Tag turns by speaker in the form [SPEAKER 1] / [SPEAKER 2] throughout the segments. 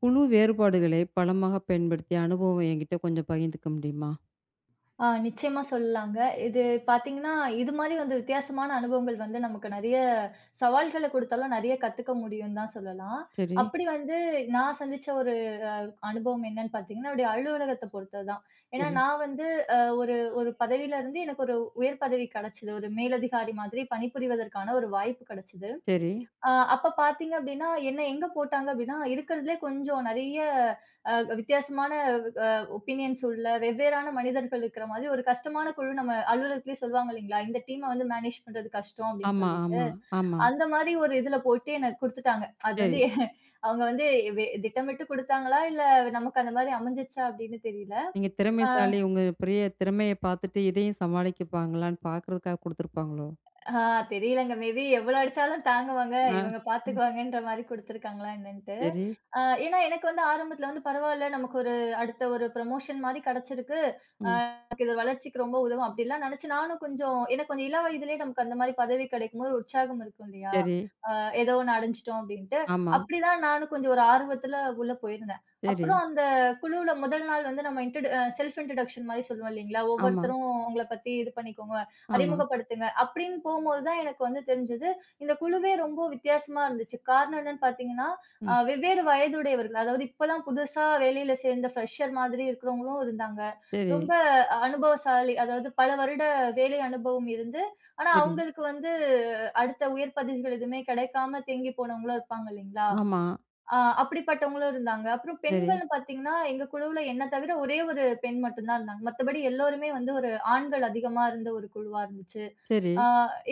[SPEAKER 1] குழு வேறுபாடுகளை பலமாக பயன்படுத்திய அனுபவம் என்கிட்ட கொஞ்சம் பகிர்ந்துக்க முடியுமா?
[SPEAKER 2] நிச்சயமா சொல்லலாங்க. இது பார்த்தீங்கன்னா, இது மாரி வந்து வித்தியாசமான அனுபவங்கள் வந்து நமக்கு நெறைய சவால்கள குடுத்தாலும் நெறைய கத்துக்க முடியும்னு தான் சொல்லலாம்.
[SPEAKER 1] சரி,
[SPEAKER 2] அப்படி வந்து நான் சந்திச்ச ஒரு அனுபவம் என்னன்னு பார்த்தீங்கன்னா, என்னுடைய அலுவலகத்த பொறுத்தது தான். ஏன்னா
[SPEAKER 1] சரி,
[SPEAKER 2] நான் வந்து ஒரு ஒரு பதவியில இருந்து எனக்கு ஒரு உயர் பதவி கெடைச்சது. ஒரு மேலதிகாரி மாதிரி பணிபுரிவதற்கான ஒரு வாய்ப்பு கெடைச்சது.
[SPEAKER 1] சரி.
[SPEAKER 2] அப்ப பார்த்தீங்க அப்டின்னா, என்ன எங்க போட்டாங்க அப்டின்னா, இருக்கிறதுலே கொஞ்சம் நெறைய அ வித்தியாசமான அ ஒபினியன்ஸ் உள்ள வெவ்வேறான மனிதர்கள் இருக்கிற மாதிரி ஒரு கஷ்டமான குழு நம்ம அலுவலகத்திலேயே சொல்லுவாங்க இல்லைங்களா? இந்த டீம்ம வந்து மேனேஜ் பண்றது கஷ்டம் அப்டின்னு
[SPEAKER 1] ஆமா,
[SPEAKER 2] சொல்லிட்டு,
[SPEAKER 1] ஆமா, ஆமா.
[SPEAKER 2] அந்த மாதிரி ஒரு இதுல போட்டு எனக்கு குடுத்துட்டாங்க. அது
[SPEAKER 1] சரி.
[SPEAKER 2] வந்து அவங்க வந்து திட்டமிட்டு குடுத்தாங்களா? இல்ல நமக்கு அந்த மாதிரி அமைஞ்சிச்சா அப்டின்னு தெரியல.
[SPEAKER 1] நீங்க
[SPEAKER 2] அ
[SPEAKER 1] திறமைசாலி உங்க பெரிய திறமைய பார்த்துட்டு இதையும் சமாளிக்கப்பாங்களான்னு பார்க்கறதுக்காக குடுத்துருப்பாங்களோ?
[SPEAKER 2] ஆ தெரியலங்க. மேபி எவ்வளோ அடிச்சாலும் தாங்குவாங்க.
[SPEAKER 1] ஆ.
[SPEAKER 2] இவங்க
[SPEAKER 1] ம்.
[SPEAKER 2] பார்த்துக்குவாங்கன்ற மாரி குடுத்துருக்காங்களா என்னன்ட்டு.
[SPEAKER 1] சரி.
[SPEAKER 2] ஏன்னா எனக்கு வந்து ஆரம்பத்துல வந்து பரவால்ல. நமக்கு ஒரு அடுத்த ஒரு ப்ரமோஷன் மாரி கிடைச்சிருக்கு.
[SPEAKER 1] ம்.
[SPEAKER 2] நமக்கு இது வளர்ச்சிக்கு ரொம்ப உதவும் அப்படிலாம் நினைச்சு நானும் கொஞ்சம் ஏன்னா கொஞ்சம் இள வயதிலேயே நமக்கு அந்த மாதிரி பதவி கிடைக்கும்போது ஒரு உற்சாகம் இருக்கும் இல்லையா?
[SPEAKER 1] சரி.
[SPEAKER 2] அ ஏதோ ஒண்ணு அடைஞ்சுட்டோம் அப்படின்ட்டு.
[SPEAKER 1] ஆமா.
[SPEAKER 2] அப்படிதான் நானும் கொஞ்சம் ஒரு ஆர்வத்துல உள்ள போயிருந்தேன்.
[SPEAKER 1] சரி.
[SPEAKER 2] அப்புறம் அந்த குழுவுல முதல் நாள் வந்து நம்ம இன்ட்ரொட அ செல்ஃப் இன்ட்ரொடக்ஷன் மாரி சொல்லுவோம் இல்லைங்களா?
[SPEAKER 1] ஆமா,
[SPEAKER 2] ஒவ்வொருத்தரும் உங்கள பத்தி இது பண்ணிக்கோங்க,
[SPEAKER 1] ஆமா.
[SPEAKER 2] அறிமுகப்படுத்துங்க அப்படின்னு போம்போது தான் எனக்கு வந்து தெரிஞ்சது, இந்த குழுவே ரொம்ப வித்தியாசமா இருந்துச்சு. காரணம் என்னன்னு பார்த்தீங்கன்னா,
[SPEAKER 1] ம்.
[SPEAKER 2] வெவ்வேறு வயதுடையவர்கள். அதாவது இப்பதான் புதுசா வேலையில சேர்ந்த ஃப்ரெஷர் மாதிரி இருக்கிறவங்களும் இருந்தாங்க.
[SPEAKER 1] சரி,
[SPEAKER 2] ரொம்ப அனுபவசாலி. அதாவது பல வருட வேலை அனுபவம் இருந்து, ஆனா
[SPEAKER 1] சரி.
[SPEAKER 2] அவங்களுக்கு வந்து அடுத்த உயர் பதவிகள் எதுவுமே கிடைக்காம தேங்கி போனவங்களும் இருப்பாங்க இல்லைங்களா?
[SPEAKER 1] ஆமா.
[SPEAKER 2] அ அப்படிப்பட்டவங்களும் இருந்தாங்க. அப்புறம்
[SPEAKER 1] சரி,
[SPEAKER 2] பெண்கள்னு பார்த்தீங்கன்னா, எங்க குழுவுல என்ன தவிர ஒரே ஒரு பெண் மட்டும் தான் இருந்தாங்க. மத்தபடி எல்லோருமே வந்து ஒரு ஆண்கள் அதிகமா இருந்த ஒரு குழுவா இருந்துச்சு.
[SPEAKER 1] சரி,
[SPEAKER 2] ஆ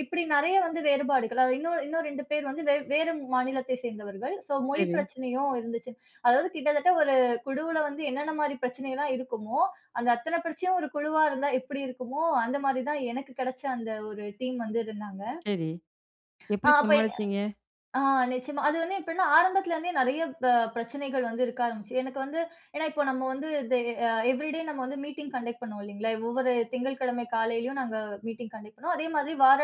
[SPEAKER 2] இப்படி நெறைய வந்து வேறுபாடுகள். அது இன்னும் இன்னும் 2 பேர் வந்து வேற மாநிலத்தை சேர்ந்தவர்கள். ஸோ மொழி
[SPEAKER 1] சரி,
[SPEAKER 2] பிரச்சனையும் இருந்துச்சு. அதாவது கிட்டத்தட்ட ஒரு குழுவுல வந்து என்னென்ன மாரி பிரச்சனைலாம் இருக்குமோ, அந்த அத்தன பிரச்சனையும் ஒரு குழுவா இருந்தா எப்படி இருக்குமோ, அந்த மாரி தான் எனக்கு கிடைச்ச அந்த ஒரு டீம் வந்து இருந்தாங்க.
[SPEAKER 1] சரி.
[SPEAKER 2] அ
[SPEAKER 1] எப்படி
[SPEAKER 2] அப்ப
[SPEAKER 1] சமாளிச்சீங்க?
[SPEAKER 2] ஆ நிச்சயமா. அது வந்து எப்படின்னா, ஆரம்பத்துல இருந்தே நெறைய பிரச்சனைகள் வந்து இருக்க ஆரம்பிச்சுது. எனக்கு வந்து ஏன்னா இப்போ நம்ம வந்து இது எவ்ரிடே நம்ம வந்து மீட்டிங் கண்டக்ட் பண்ணுவோம் இல்லீங்களா? ஒவ்வொரு திங்கட்கிழமை காலையிலயும் நாங்க மீட்டிங் கண்டக்ட் பண்ணுவோம். அதே மாதிரி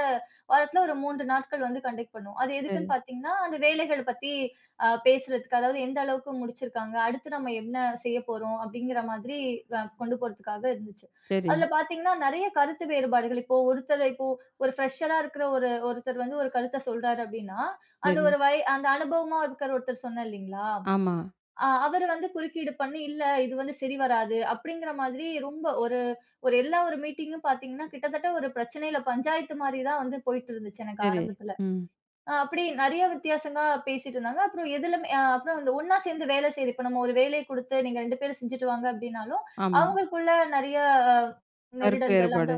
[SPEAKER 2] வாரத்துல ஒரு 3 நாட்கள் வந்து கண்டக்ட் பண்ணுவோம். அது
[SPEAKER 1] சரி,
[SPEAKER 2] எதுக்குன்னு பார்த்தீங்கன்னா, அந்த வேலைகள் பத்தி பேசுறதுக்கு, அதாவது எந்த அளவுக்கு முடிச்சிருக்காங்க, அடுத்து நம்ம என்ன செய்ய போறோம் அப்படிங்கிற மாதிரி கொண்டு போறதுக்காக இருந்துச்சு.
[SPEAKER 1] சரி,
[SPEAKER 2] அதுல பார்த்தீங்கன்னா, நெறைய கருத்து வேறுபாடுகள் இப்போ ஒருத்தர் இப்போ ஒரு ஃப்ரெஷரா இருக்கிற ஒரு ஒருத்தர் வந்து ஒரு கருத்த சொல்றாரு அப்படின்னா, அந்த
[SPEAKER 1] சரி.
[SPEAKER 2] ஒரு அந்த அனுபவமா இருக்கிற ஒருத்தர் சொன்னேன் இல்லீங்களா?
[SPEAKER 1] ஆமா.
[SPEAKER 2] அவரு வந்து குறுக்கீடு பண்ணி, "இல்ல இது வந்து சரி வராது." அப்படிங்கிற மாதிரி ரொம்ப ஒரு ஒரு எல்லா ஒரு மீட்டிங்கும் பார்த்தீங்கன்னா, கிட்டத்தட்ட ஒரு பிரச்சனையில பஞ்சாயத்து மாரி தான் வந்து போயிட்டு இருந்துச்சு எனக்கு
[SPEAKER 1] சரி.
[SPEAKER 2] ஆரம்பத்துல.
[SPEAKER 1] ம்.
[SPEAKER 2] அப்படி நெறைய வித்தியாசமா பேசிட்டு இருந்தாங்க. அப்புறம் எதுலமே அப்புறம் இந்த ஒண்ணா சேர்ந்து வேலை செய்யுது. இப்ப நம்ம ஒரு வேலைய குடுத்து, "நீங்க 2 பேரும் செஞ்சுட்டு வாங்க." அப்படின்னாலும்,
[SPEAKER 1] ஆமா.
[SPEAKER 2] அவங்களுக்குள்ள நெறைய அ
[SPEAKER 1] கருத்து
[SPEAKER 2] நெருடல்கள் அந்த
[SPEAKER 1] வேறுபாடு.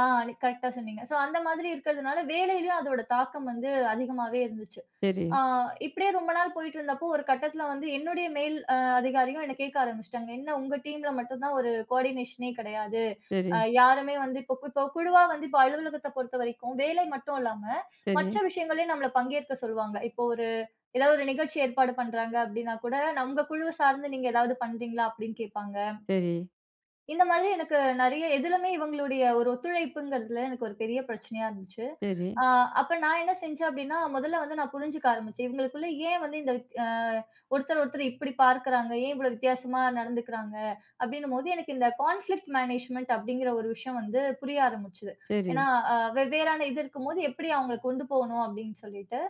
[SPEAKER 2] ஆ கரெக்ட்டா சொன்னீங்க. ஸோ அந்த மாதிரி இருக்கிறதுனால வேலையிலயும் அதோட தாக்கம் வந்து அதிகமாவே இருந்துச்சு.
[SPEAKER 1] சரி,
[SPEAKER 2] ஆ இப்படியே ரொம்ப நாள் போயிட்டு இருந்தப்போ ஒரு கட்டத்தில வந்து என்னுடைய மேல் அதிகாரியும் என்ன கேட்க ஆரம்பிச்சுட்டாங்க. "என்ன உங்க டீம்ல மட்டும் தான் ஒரு கோஆர்டினேஷனே கிடையாது.
[SPEAKER 1] சரி,
[SPEAKER 2] யாருமே வந்து இப்போ இப்போ குழுவா வந்து இப்போ அலுவலகத்த பொறுத்தவரைக்கும் வேலை மட்டும் இல்லாம,
[SPEAKER 1] சரி,
[SPEAKER 2] மற்ற விஷயங்களையும் நம்மள பங்கேற்க சொல்லுவாங்க. இப்போ ஒரு ஏதாவது ஒரு நிகழ்ச்சி ஏற்பாடு பண்றாங்க அப்படின்னா கூட, "உங்க குழுவ சார்ந்து நீங்க ஏதாவது பண்றீங்களா?" அப்படின்னு கேட்பாங்க.
[SPEAKER 1] சரி,
[SPEAKER 2] இந்த மாதிரி எனக்கு நெறைய எதுலமே இவங்களுடைய ஒரு ஒத்துழைப்புங்கிறதுல எனக்கு ஒரு பெரிய பிரச்சனையா இருந்துச்சு.
[SPEAKER 1] சரி,
[SPEAKER 2] ஆ அப்ப நான் என்ன செஞ்சேன் அப்டின்னா, முதல்ல வந்து நான் புரிஞ்சுக்க ஆரம்பிச்சேன். இவங்களுக்குள்ள ஏன் வந்து இந்த வித் அ ஒருத்தர் ஒருத்தர் இப்டி பார்க்குறாங்க? ஏன் இவ்ளோ வித்தியாசமா நடந்துக்கிறாங்க? அப்டின்னும்போது எனக்கு இந்த கான்ஃப்ளிக்ட் மேனேஜ்மென்ட் அப்டிங்கிற ஒரு விஷயம் வந்து புரிய ஆரம்பிச்சது.
[SPEAKER 1] சரி,
[SPEAKER 2] ஏன்னா, வெவ்வேறான இது இருக்கும்போது எப்டி அவங்கள கொண்டு போணும் அப்டின்னு சொல்லிட்டு.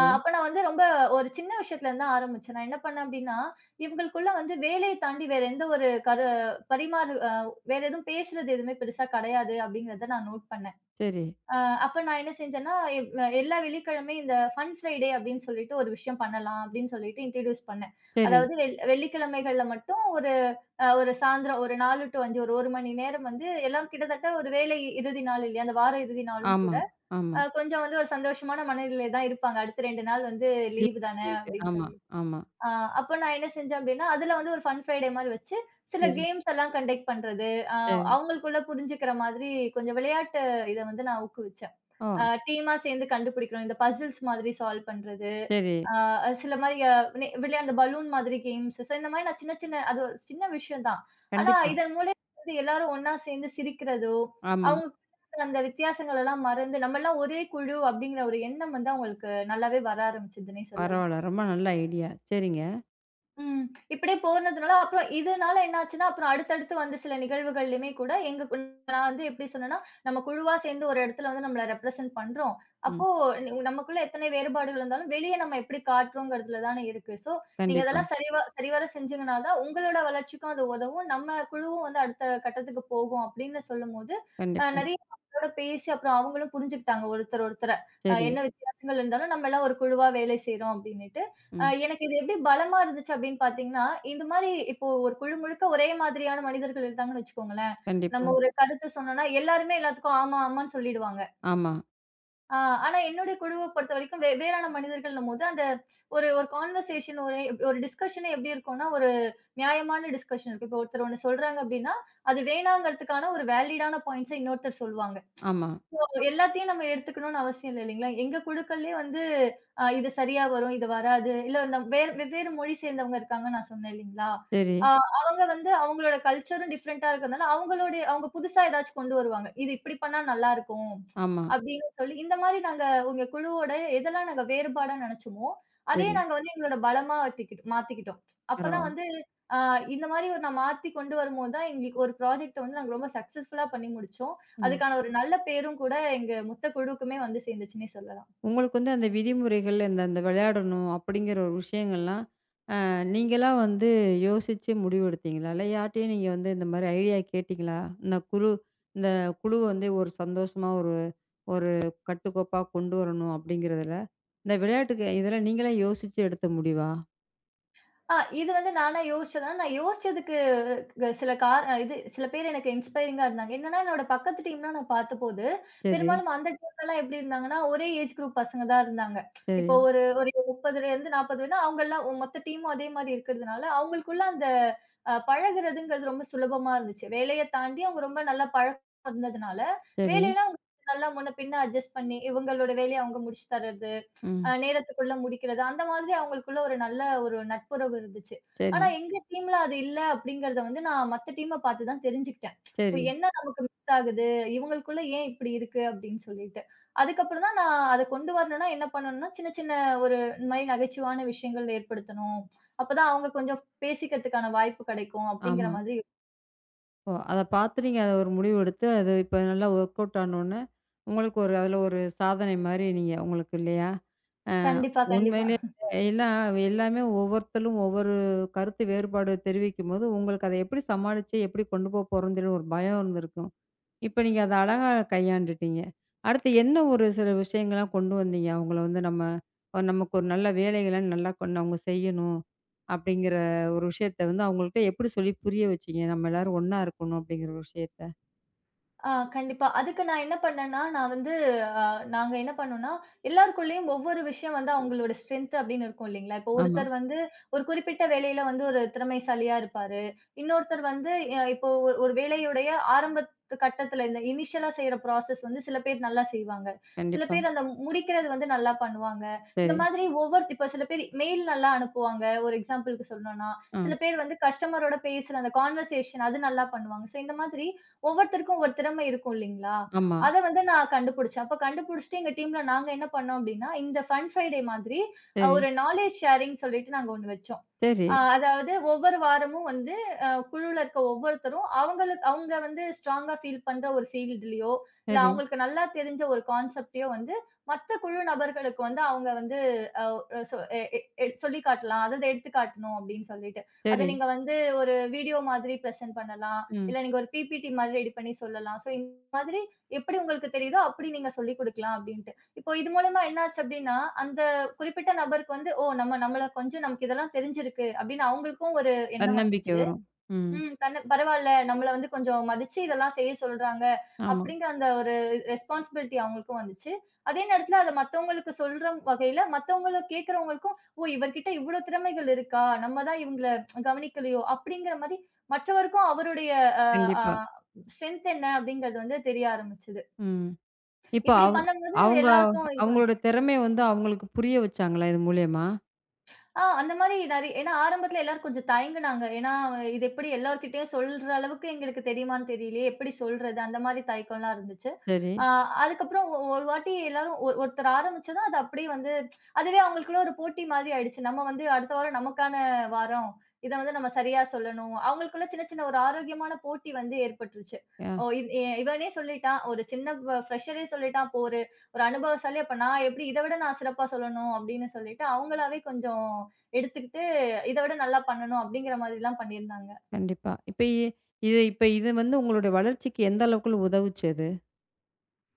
[SPEAKER 2] அப்ப நான் வந்து ரொம்ப ஒரு சின்ன விஷயத்துலருந்து தான் ஆரம்பிச்சேன். நான் என்ன பண்ணேன் அப்டின்னா, இவங்களுக்குள்ள வந்து வேலைய தாண்டி வேற எந்த ஒரு பரிமாறு வேற எதுவும் பேசுறது எதுவுமே பெருசா கெடையாது அப்டிங்கிறத நான் நோட் பண்ணேன்.
[SPEAKER 1] சரி,
[SPEAKER 2] அ அப்ப நான் என்ன செஞ்சேன்னா, எல்லா வெள்ளிக்கிழமை இந்த ஃபன் ஃப்ரைடே அப்படின்னு சொல்லிட்டு ஒரு விஷயம் பண்ணலாம் அப்படின்னு சொல்லிட்டு இன்ட்ரோடியூஸ் பண்ணேன்.
[SPEAKER 1] சரி.
[SPEAKER 2] அதாவது வெள்ளிக்கிழமைகள்ல மட்டும் ஒரு ஒரு சாயந்திரம் ஒரு 4 டூ 5 ஒரு 1 மணி நேரம் வந்து எல்லாம் கிட்டத்தட்ட ஒரு வேலை இறுதி நாள் இல்லையா? அந்த வார இறுதி நாளும்
[SPEAKER 1] ஆமா,
[SPEAKER 2] கூட,
[SPEAKER 1] ஆமா.
[SPEAKER 2] கொஞ்சம் வந்து ஒரு சந்தோஷமான மனநிலை தான் இருப்பாங்க. அடுத்த 2 நாள் வந்து
[SPEAKER 1] லீவ்
[SPEAKER 2] லீவு தானே
[SPEAKER 1] இருக்கு.
[SPEAKER 2] அப்படின்னு
[SPEAKER 1] ஆமா,
[SPEAKER 2] சொல்லி.
[SPEAKER 1] ஆமா.
[SPEAKER 2] அ அப்ப நான் என்ன செஞ்சேன் அப்படின்னா, அதுல வந்து ஒரு ஃபன் ஃப்ரைடே மாரி வச்சு, சில
[SPEAKER 1] சரி,
[SPEAKER 2] கேம்ஸ் எல்லாம் கண்டக்ட் பண்றது, அ
[SPEAKER 1] சரி.
[SPEAKER 2] அவங்களுக்குள்ள புரிஞ்சுக்கிற மாதிரி கொஞ்சம் விளையாட்டு இத வந்து நான் ஊக்குவிச்சேன்.
[SPEAKER 1] ஓ!
[SPEAKER 2] டீமா சேர்ந்து கண்டுபிடிக்கணும். இந்த பசில்ஸ் மாதிரி சால்வ் பண்றது.
[SPEAKER 1] சரி.
[SPEAKER 2] அ சில மாரி அ நெ வெளிய அந்த பலூன் மாதிரி கேம்ஸ். ஸோ இந்த மாரி நான் சின்ன சின்ன அது ஒரு சின்ன விஷயம் தான். ஆனா
[SPEAKER 1] கண்டிப்பா.
[SPEAKER 2] இதன் மூலியம் வந்து எல்லாரும் ஒண்ணா சேர்ந்து சிரிக்கிறதோ,
[SPEAKER 1] ஆமா.
[SPEAKER 2] அவங்க அந்த வித்தியாசங்கள் எல்லாம் மறந்து, நம்மலாம் ஒரே குழு அப்படிங்கிற ஒரு எண்ணம் வந்து அவங்களுக்கு நல்லாவே வர ஆரம்பிச்சதுன்னே சொல்லலாம்.
[SPEAKER 1] பரவால்ல. ரொம்ப நல்ல ஐடியா. சரிங்க.
[SPEAKER 2] ம். இப்படியே போனதுனால அப்புறம் இதனால என்ன ஆச்சுன்னா, அப்புறம் அடுத்தடுத்து வந்த சில நிகழ்வுகள்லயுமே கூட எங்க குழு நான் வந்து எப்படி சொன்னேன்னா, நம்ம குழுவா சேர்ந்து ஒரு இடத்துல வந்து நம்மள ரெப்ரசென்ட் பண்றோம்.
[SPEAKER 1] ம்.
[SPEAKER 2] அப்போ நமக்குள்ள எத்தனை வேறுபாடுகள் இருந்தாலும், வெளிய நம்ம எப்படி காட்டுறோங்கிறதுல தானே இருக்கு. ஸோ, நீங்க
[SPEAKER 1] கண்டிப்பா,
[SPEAKER 2] அதெல்லாம் சரிவர செஞ்சீங்கன்னா தான் உங்களோட வளர்ச்சிக்கும் அது உதவும். நம்ம குழுவும் வந்து அடுத்த கட்டத்துக்கு போகும் அப்படின்னு சொல்லும்போது,
[SPEAKER 1] கண்டிப்பா.
[SPEAKER 2] நெறைய மக்களோட பேசி அப்புறம் அவங்களும் புரிஞ்சுக்கிட்டாங்க ஒருத்தர் ஒருத்தர.
[SPEAKER 1] சரி.
[SPEAKER 2] என்ன வித்தியாசங்கள் இருந்தாலும் நம்ம எல்லாம் ஒரு குழுவா வேலை செய்றோம் அப்படின்னுட்டு.
[SPEAKER 1] ம்.
[SPEAKER 2] எனக்கு இது எப்படி பலமா இருந்துச்சு அப்படின்னு பார்த்தீங்கன்னா, இந்த மாரி இப்போ ஒரு குழு முழுக்க ஒரே மாதிரியான மனிதர்கள் இருந்தாங்கன்னு வச்சுக்கோங்களேன்.
[SPEAKER 1] கண்டிப்பா.
[SPEAKER 2] நம்ம ஒரு கருத்து சொன்னோம்னா, எல்லாருமே எல்லாத்துக்கும் ஆமா, ஆமான்னு சொல்லிடுவாங்க.
[SPEAKER 1] ஆமா,
[SPEAKER 2] ஆ ஆனா என்னுடைய குழுவ பொறுத்தவரைக்கும் வேறான மனிதர்கள்ன்னும்போது, அந்த ஒரு ஒரு கான்வர்சேஷன் ஒரு ஒரு டிஸ்கஷனே எப்படி இருக்கும்னா, ஒரு நியாயமான டிஸ்கஷன் இருக்கும். இப்போ ஒருத்தர் ஒண்ணு சொல்றாங்க அப்படின்னா, அது வேணாங்கிறதுக்கான ஒரு வேலிடான பாயிண்ட்ஸ இன்னொருத்தர் சொல்லுவாங்க.
[SPEAKER 1] ஆமா.
[SPEAKER 2] எல்லாத்தையும் நம்ம எடுத்துக்கணும்னு அவசியம் இல்ல இல்லைங்களா? எங்க குழுக்கள்லயே வந்து இது சரியா வரும், இது வராது. இல்ல இந்த வேறு வெவ்வேறு மொழி சேர்ந்தவங்க இருக்காங்கன்னு நான் சொன்னேன் இல்லைங்களா?
[SPEAKER 1] சரி.
[SPEAKER 2] அ அவங்க வந்து அவங்களோட கல்ச்சரும் டிஃபரெண்ட்டா இருக்கறதுனால, அவங்களுடைய அவங்க புதுசா ஏதாச்சும் கொண்டு வருவாங்க. இது இப்படி பண்ணா நல்லா இருக்கும்.
[SPEAKER 1] ஆமா.
[SPEAKER 2] அப்படின்னு சொல்லி இந்த மாரி நாங்க உங்க குழுவோட எதெல்லாம் நாங்க வேறுபாடா நெனைச்சோமோ, அதே
[SPEAKER 1] சரி.
[SPEAKER 2] நாங்க வந்து எங்களோட பலமா மாத்திக்கிட்டோம். அப்பதான்
[SPEAKER 1] பரவால்ல.
[SPEAKER 2] வந்து அ இந்த மாரி ஒரு நான் மாத்தி கொண்டு வரும்போது தான் எங்களுக்கு ஒரு ப்ராஜெக்ட்ட வந்து நாங்க ரொம்ப சக்சஸ்ஃபுல்லா பண்ணி முடிச்சோம்.
[SPEAKER 1] ம்.
[SPEAKER 2] அதுக்கான ஒரு நல்ல பேரும் கூட எங்க மொத்த குழுவுக்குமே வந்து சேர்ந்துச்சுன்னே சொல்லலாம்.
[SPEAKER 1] உங்களுக்கு வந்து அந்த விதிமுறைகள், அந்த அந்த விளையாடணும் அப்படிங்கிற ஒரு விஷயங்கள்லாம் நீங்களா வந்து யோசிச்சு முடிவெடுத்தீங்களா? இல்ல யார்ட்டயும் நீங்க வந்து இந்த மாரி ஐடியா கேட்டீங்களா? இந்த குழு இந்த குழு வந்து ஒரு சந்தோஷமா ஒரு ஒரு கட்டுக்கோப்பா கொண்டு வரணும் அப்படிங்கிறதுல, இந்த விளையாட்டுக்கு இதில நீங்களே யோசிச்சு எடுத்த முடிவா?
[SPEAKER 2] ஆ இது வந்து நானா யோசிச்சதா, நான் யோசிச்சதுக்கு க சில கார் இது சில பேர் எனக்கு இன்ஸ்பைரிங்கா இருந்தாங்க. என்னன்னா என்னோட பக்கத்து டீம்லாம் நான் பார்த்தபோது,
[SPEAKER 1] சரி,
[SPEAKER 2] பெரும்பாலும் அந்த டீம்லலாம் எப்படி இருந்தாங்கன்னா, ஒரே ஏஜ் குரூப் பசங்க தான் இருந்தாங்க.
[SPEAKER 1] சரி,
[SPEAKER 2] இப்போ ஒரு ஒரு 30லேருந்து 40 வேணா அவங்கலாம் மொத்த டீமும் அதே மாரி இருக்கிறதுனால, அவங்களுக்குள்ள அந்த பழகுறதுங்கிறது ரொம்ப சுலபமா இருந்துச்சு. வேலைய தாண்டி அவங்க ரொம்ப நல்லா பழக்கம் இருந்ததுனால,
[SPEAKER 1] சரி.
[SPEAKER 2] வேலையெல்லாம் அவங்க நல்லா முன்ன பின்ன அட்ஜஸ்ட் பண்ணி, இவங்களோட வேலைய அவங்க முடிச்சு தர்றது,
[SPEAKER 1] ம்.
[SPEAKER 2] நேரத்துக்குள்ள முடிக்கிறது. அந்த மாதிரி அவங்களுக்குள்ள ஒரு நல்ல ஒரு நட்புறவு இருந்துச்சு.
[SPEAKER 1] சரி,
[SPEAKER 2] ஆனா எங்க டீம்ல அது இல்ல அப்படிங்கிறத வந்து நான் மத்த டீம்ம பார்த்து தான் தெரிஞ்சுக்கிட்டேன். ஓ!
[SPEAKER 1] சரி.
[SPEAKER 2] என்ன நமக்கு மிஸ் ஆகுது? இவங்களுக்குள்ள ஏன் இப்படி இருக்கு? அப்படின்னு சொல்லிட்டு. அதுக்கப்புறம் தான் நான் அத கொண்டு வரணும்னா என்ன பண்ணணும்னா, சின்ன சின்ன ஒரு இந்த மாரி நகைச்சுவான விஷயங்கள் ஏற்படுத்தணும். அப்பதான் அவங்க கொஞ்சம் பேசிக்கிறதுக்கான வாய்ப்பு கிடைக்கும் அப்படிங்கிற
[SPEAKER 1] ஆமா.
[SPEAKER 2] மாதிரி.
[SPEAKER 1] ஓ! அத பார்த்து நீங்க அத ஒரு முடிவு எடுத்து, அது இப்ப நல்லா ஒர்க் அவுட் ஆனோனே, உங்களுக்கு ஒரு அதில ஒரு சாதனை மாரி நீங்க உங்களுக்கு இல்லையா? அ
[SPEAKER 2] கண்டிப்பா, கண்டிப்பா.
[SPEAKER 1] உண்மையிலே எல்லாமே ஒவ்வொருத்தரும் ஒவ்வொரு கருத்து வேறுபாடு தெரிவிக்கும்போது, உங்களுக்கு அத எப்படி சமாளிச்சு, எப்படி கொண்டு போறோம்னு சொல்லி ஒரு பயம் இருந்திருக்கும். இப்ப நீங்க அத அழகா கையாண்டுட்டீங்க. அடுத்து என்ன ஒரு சில விஷயங்கள்லாம் கொண்டு வந்தீங்க? அவங்கள வந்து நம்ம நமக்கு ஒரு நல்ல வேலைகள நல்லா கொண்டு அவங்க செய்யணும். அப்படிங்கிற ஒரு விஷயத்த வந்து அவங்கள்ட்ட எப்படி சொல்லி புரிய வச்சீங்க? நம்ம எல்லாரும் ஒண்ணா இருக்கணும் அப்படிங்கிற ஒரு விஷயத்த.
[SPEAKER 2] கண்டிப்பா. அதுக்கு நான் என்ன பண்ணேன்னா, நான் வந்து அ நாங்க என்ன பண்ணோம்னா, எல்லாருக்குள்ளேயும் ஒவ்வொரு விஷயம் வந்து அவங்களோட ஸ்ட்ரென்த் அப்படின்னு இருக்கும் இல்லைங்களா? இப்போ
[SPEAKER 1] ஆமா.
[SPEAKER 2] ஒருத்தர் வந்து ஒரு குறிப்பிட்ட வேலையில வந்து ஒரு திறமைசாலியா இருப்பாரு. இன்னொருத்தர் வந்து இப்போ ஒரு ஒரு வேலையுடைய ஆரம்பத்து கட்டத்துல இந்த இனிஷியலா செய்ற ப்ராசஸ் வந்து சில பேர் நல்லா செய்வாங்க. சில
[SPEAKER 1] கண்டிப்பா.
[SPEAKER 2] பேர் அந்த முடிக்கிறது வந்து நல்லா பண்ணுவாங்க. இந்த
[SPEAKER 1] சரி.
[SPEAKER 2] மாதிரி ஒவ்வொரு இப்ப சில பேர் மெயில் நல்லா அனுப்புவாங்க. ஒரு எக்ஸாம்பிள்க்கு சொல்லணும்னா,
[SPEAKER 1] ஆ.
[SPEAKER 2] சில பேர் வந்து கஸ்டமரோட பேசுற அந்த கான்வர்சேஷன் அது நல்லா பண்ணுவாங்க. ஸோ இந்த மாதிரி ஒவ்வொருத்தருக்கும் ஒவ்வொரு திறமை இருக்கும் இல்லைங்களா?
[SPEAKER 1] ஆமா.
[SPEAKER 2] அத வந்து நான் கண்டுபிடிச்சேன். அப்ப கண்டுபிடிச்சுட்டு எங்க டீம்ல நாங்க என்ன பண்ணோம் அப்டின்னா, இந்த ஃபன் ஃப்ரைடே மாதிரி
[SPEAKER 1] சரி.
[SPEAKER 2] ஒரு நாலேட்ஜ் ஷேரிங்ன்னு சொல்லிட்டு நாங்க ஒண்ணு வச்சோம்.
[SPEAKER 1] சரி.
[SPEAKER 2] அதாவது ஒவ்வொரு வாரமும் வந்து குழுல இருக்க ஒவ்வொருத்தரும் அவங்களுக்கு அவங்க வந்து ஸ்ட்ராங்கா ஃபீல் பண்ற ஒரு ஃபீல்டுலயோ, இல்ல
[SPEAKER 1] சரி.
[SPEAKER 2] அவங்களுக்கு நல்லா தெரிஞ்ச ஒரு கான்செப்ட்டயோ வந்து மத்த குழு நபர்களுக்கு வந்து அவங்க வந்து அ சொ எ எ சொல்லிக் காட்டலாம். அதாவது எடுத்துக் காட்டணும் அப்படின்னு சொல்லிட்டு. அத
[SPEAKER 1] சரி.
[SPEAKER 2] நீங்க வந்து ஒரு வீடியோ மாதிரி பிரசன்ட் பண்ணலாம்.
[SPEAKER 1] ம்.
[SPEAKER 2] இல்ல நீங்க ஒரு பிபிடி மாதிரி ரெடி பண்ணி சொல்லலாம். ஸோ இந்த மாதிரி எப்படி உங்களுக்கு தெரியுதோ அப்படி நீங்க சொல்லிக் குடுக்கலாம் அப்படின்ட்டு. இப்போ இது மூலமா என்னாச்சு அப்டின்னா, அந்த குறிப்பிட்ட நபருக்கு வந்து, "ஓ! நம்ம நம்மள கொஞ்சம் நமக்கு இதெல்லாம் தெரிஞ்சிருக்கு." அப்படின்னு அவங்களுக்கும் ஒரு எண்ணம்
[SPEAKER 1] தன்னம்பிக்கை
[SPEAKER 2] வந்துச்சு.
[SPEAKER 1] வரும். ம்.
[SPEAKER 2] ம் தன்ன பரவால்ல. நம்மள வந்து கொஞ்சம் மதிச்சு இதெல்லாம் செய்ய சொல்றாங்க.
[SPEAKER 1] ஆமா.
[SPEAKER 2] அப்படிங்கிற அந்த ஒரு ரெஸ்பான்சிபிலிட்டி அவங்களுக்கும் வந்துச்சு. அதே நேரத்துல அத மத்தவங்களுக்கு சொல்ற வகையில, மத்தவங்கள கேட்கிறவங்களுக்கும், "ஓ! இவர்கிட்ட இவ்ளோ திறமைகள் இருக்கா? நம்ம தான் இவங்கள கவனிக்கலையோ!" அப்படிங்கிற மாரி மற்றவருக்கும் அவருடைய அ அ
[SPEAKER 1] கண்டிப்பா.
[SPEAKER 2] ஸ்ட்ரென்த் என்ன அப்படிங்கிறது வந்து தெரிய ஆரம்பிச்சது.
[SPEAKER 1] ம். இப்ப
[SPEAKER 2] இப்படி
[SPEAKER 1] அவ்
[SPEAKER 2] பண்ணும்போது
[SPEAKER 1] அவங்க
[SPEAKER 2] எல்லாருக்கும் இது
[SPEAKER 1] அவங்களோட திறமைய வந்து அவங்களுக்கு புரிய வச்சாங்களா இது மூலியமா?
[SPEAKER 2] அந்த மாரி நெறைய ஏன்னா ஆரம்பத்துல எல்லாரும் கொஞ்சம் தயங்குனாங்க. ஏன்னா இது எப்படி எல்லார்கிட்டயும் சொல்ற அளவுக்கு எங்களுக்கு தெரியுமான்னு தெரியலையே! எப்படி சொல்றது? அந்த மாரி தயக்கம்லாம் இருந்துச்சு.
[SPEAKER 1] சரி.
[SPEAKER 2] ஆ அதுக்கப்புறம் ஒரு வாட்டி எல்லாரும் ஒருத்தர் ஆரம்பிச்சதும் அது அப்படியே வந்து அதுவே அவங்களுக்குள்ள ஒரு போட்டி மாதிரி ஆயிடுச்சு. நம்ம வந்து அடுத்த வாரம் நமக்கான வாரம். இத வந்து நம்ம சரியா சொல்லணும். அவங்களுக்குள்ள சின்ன சின்ன ஒரு ஆரோக்கியமான போட்டி வந்து ஏற்பட்டுருச்சு.
[SPEAKER 1] யா
[SPEAKER 2] ஓ! இ இ இவனே சொல்லிட்டான். ஒரு சின்ன ஃப்ரெஷரே சொல்லிட்டான். அப்போ ஒரு ஒரு அனுபவசாலி அப்ப நான் எப்படி இத விட நான் சிறப்பா சொல்லணும் அப்படின்னு சொல்லிட்டு அவங்களாவே கொஞ்சம் எடுத்துக்கிட்டு, இத விட நல்லா பண்ணணும் அப்படிங்கிற மாதிரிலாம் பண்ணியிருந்தாங்க.
[SPEAKER 1] கண்டிப்பா. இப்ப இது வந்து உங்களுடைய வளர்ச்சிக்கு எந்த அளவுக்குள்ள உதவுச்சு அது?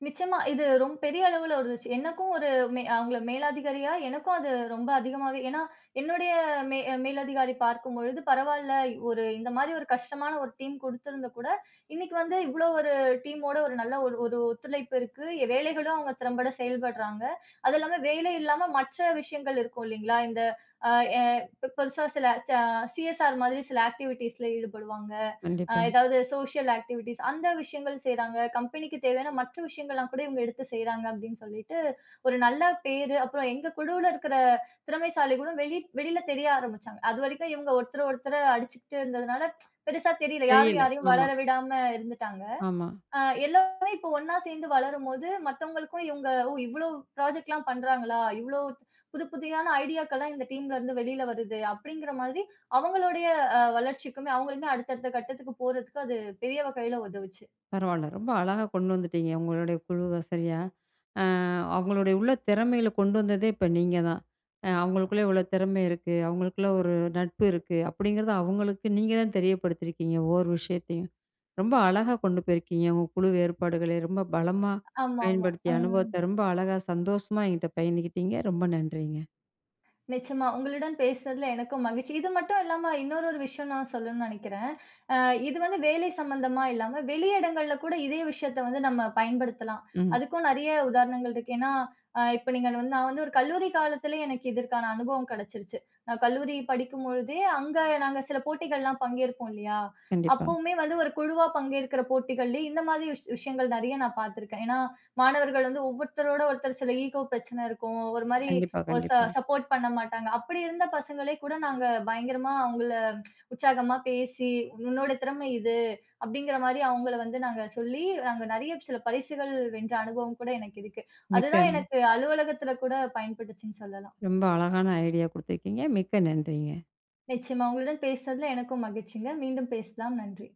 [SPEAKER 2] நிச்சயமா இது ரொம்ப பெரிய அளவுல இருந்துச்சு. எனக்கும் ஒரு அவங்கள மேலதிகாரியா எனக்கும் அது ரொம்ப அதிகமாவே ஏன்னா, என்னுடைய மே மேலதிகாரி பார்க்கும்பொழுது பரவால்ல, ஒரு இந்த மாரி ஒரு கஷ்டமான ஒரு டீம் குடுத்திருந்தா கூட, இன்னைக்கு வந்து இவ்ளோ ஒரு டீமோட ஒரு நல்ல ஒரு ஒரு ஒத்துழைப்பு இருக்கு. வேலைகளும் அவங்க திறம்பட செயல்படுறாங்க. அது இல்லாம வேலை இல்லாம மற்ற விஷயங்கள் இருக்கும் இல்லைங்களா? இந்த அ எ பெ பெருசா சில சிஎஸ்ஆர் மாதிரி சில ஆக்டிவிட்டீஸ்ல ஈடுபடுவாங்க.
[SPEAKER 1] கண்டிப்பா.
[SPEAKER 2] ஏதாவது சோசியல் ஆக்டிவிட்டீஸ் அந்த விஷயங்கள் செய்றாங்க. கம்பெனிக்கு தேவையான மற்ற விஷயங்கள்லாம் கூட இவங்க எடுத்து செய்றாங்க அப்படின்னு சொல்லிட்டு, ஒரு நல்ல பேரு, அப்புறம் எங்க குழுவுல இருக்கிற திறமைசாலிகளும் வெளியில தெரிய ஆரம்பிச்சாங்க. அதுவரைக்கும் இவங்க ஒருத்தர ஒருத்தர அடிச்சுக்கிட்டு இருந்ததுனால, பெருசா தெரியல. யாரும்
[SPEAKER 1] தெரியல.
[SPEAKER 2] யாரையும்
[SPEAKER 1] ஆமா,
[SPEAKER 2] வளர விடாம இருந்துட்டாங்க.
[SPEAKER 1] ஆமா.
[SPEAKER 2] அ எல்லாமே இப்போ ஒண்ணா சேர்ந்து வளரும்போது, மத்தவங்களுக்கும் இவங்க "ஓ! இவ்ளோ ப்ராஜெக்ட்லாம் பண்றாங்களா? இவ்ளோ புதியான ஐடியாக்கள்லாம் இந்த டீம்ல இருந்து வெளியில வருது." அப்படிங்கிற மாதிரி அவங்களுடைய வளர்ச்சிக்குமே அவங்களுமே அடுத்தடுத்த கட்டத்துக்கு போறதுக்கு அது பெரிய வகையில உதவுச்சு.
[SPEAKER 1] பரவால்ல. ரொம்ப அழகா கொண்டு வந்துட்டீங்க உங்களுடைய குழுவ சரியா. அ அவங்களுடைய உள்ள திறமையில கொண்டு வந்ததே இப்ப நீங்க தான். அவங்களுக்குள்ள இவ்வளோ திறமை இருக்கு. அவங்களுக்குள்ள ஒரு நட்பு இருக்கு. அப்படிங்கிறத அவங்களுக்கு நீங்க தான் தெரியப்படுத்தியிருக்கீங்க ஒவ்வொரு விஷயத்தையும். ரொம்ப அழகா கொண்டு போயிருக்கீங்க. உங்க குழு வேறுபாடுகளை ரொம்ப பலமா
[SPEAKER 2] ஆமாமா.
[SPEAKER 1] பயன்படுத்திய
[SPEAKER 2] ம்.
[SPEAKER 1] அனுபவத்த ரொம்ப அழகா சந்தோஷமா என்கிட்ட பகிர்ந்துக்கிட்டீங்க. ரொம்ப நன்றிங்க.
[SPEAKER 2] நிச்சயமா. உங்களுடன் பேசுனதுல எனக்கும் மகிழ்ச்சி. இது மட்டும் இல்லாம இன்னொரு ஒரு விஷயம் நான் சொல்லணும்னு நெனைக்கிறேன். அ இது வந்து வேலை சம்மந்தமா இல்லாம, வெளி இடங்கள்ல கூட இதே விஷயத்த வந்து நம்ம பயன்படுத்தலாம்.
[SPEAKER 1] ம்.
[SPEAKER 2] அதுக்கும் நெறைய உதாரணங்கள் இருக்கு. ஏன்னா, இப்ப நீங்க வந்து நான் வந்து ஒரு கல்லூரி காலத்திலேயே எனக்கு இதற்கான அனுபவம் கிடைச்சிருச்சு. நான் கல்லூரி படிக்கும்பொழுதே, அங்க நாங்க சில போட்டிகள்லாம் பங்கேற்போம் இல்லையா?
[SPEAKER 1] கண்டிப்பா.
[SPEAKER 2] அப்பவுமே வந்து ஒரு குழுவா பங்கேற்கிற போட்டிகள்லயே இந்த மாதிரி விஷயங்கள் நெறைய நான் பார்த்துருக்கேன். ஏன்னா, மாணவர்கள் வந்து ஒவ்வொருத்தரோட ஒருத்தர் சில ஈகோ பிரச்சனை இருக்கும். ஒரு மாரி
[SPEAKER 1] கண்டிப்பா,
[SPEAKER 2] ஒரு
[SPEAKER 1] கண்டிப்பா.
[SPEAKER 2] சப்போர்ட் பண்ண மாட்டாங்க. அப்படி இருந்த பசங்களே கூட நாங்க பயங்கரமா அவங்கள உற்சாகமா பேசி, "உன்னோட திறமை இது." அப்படிங்கிற மாரி அவங்கள வந்து நாங்க சொல்லி, நாங்க நெறைய சில பரிசுகள் வென்ற அனுபவம் கூட எனக்கு இருக்கு.
[SPEAKER 1] மிக்க
[SPEAKER 2] அதுதான் எனக்கு அலுவலகத்துல கூட பயன்பட்டுச்சுன்னு சொல்லலாம்.
[SPEAKER 1] ரொம்ப அழகான ஐடியா குடுத்துருக்கீங்க. மிக்க நன்றிங்க.
[SPEAKER 2] நிச்சயமா உங்களுடன் பேசுனதுல எனக்கும் மகிழ்ச்சிங்க. மீண்டும் பேசலாம். நன்றி.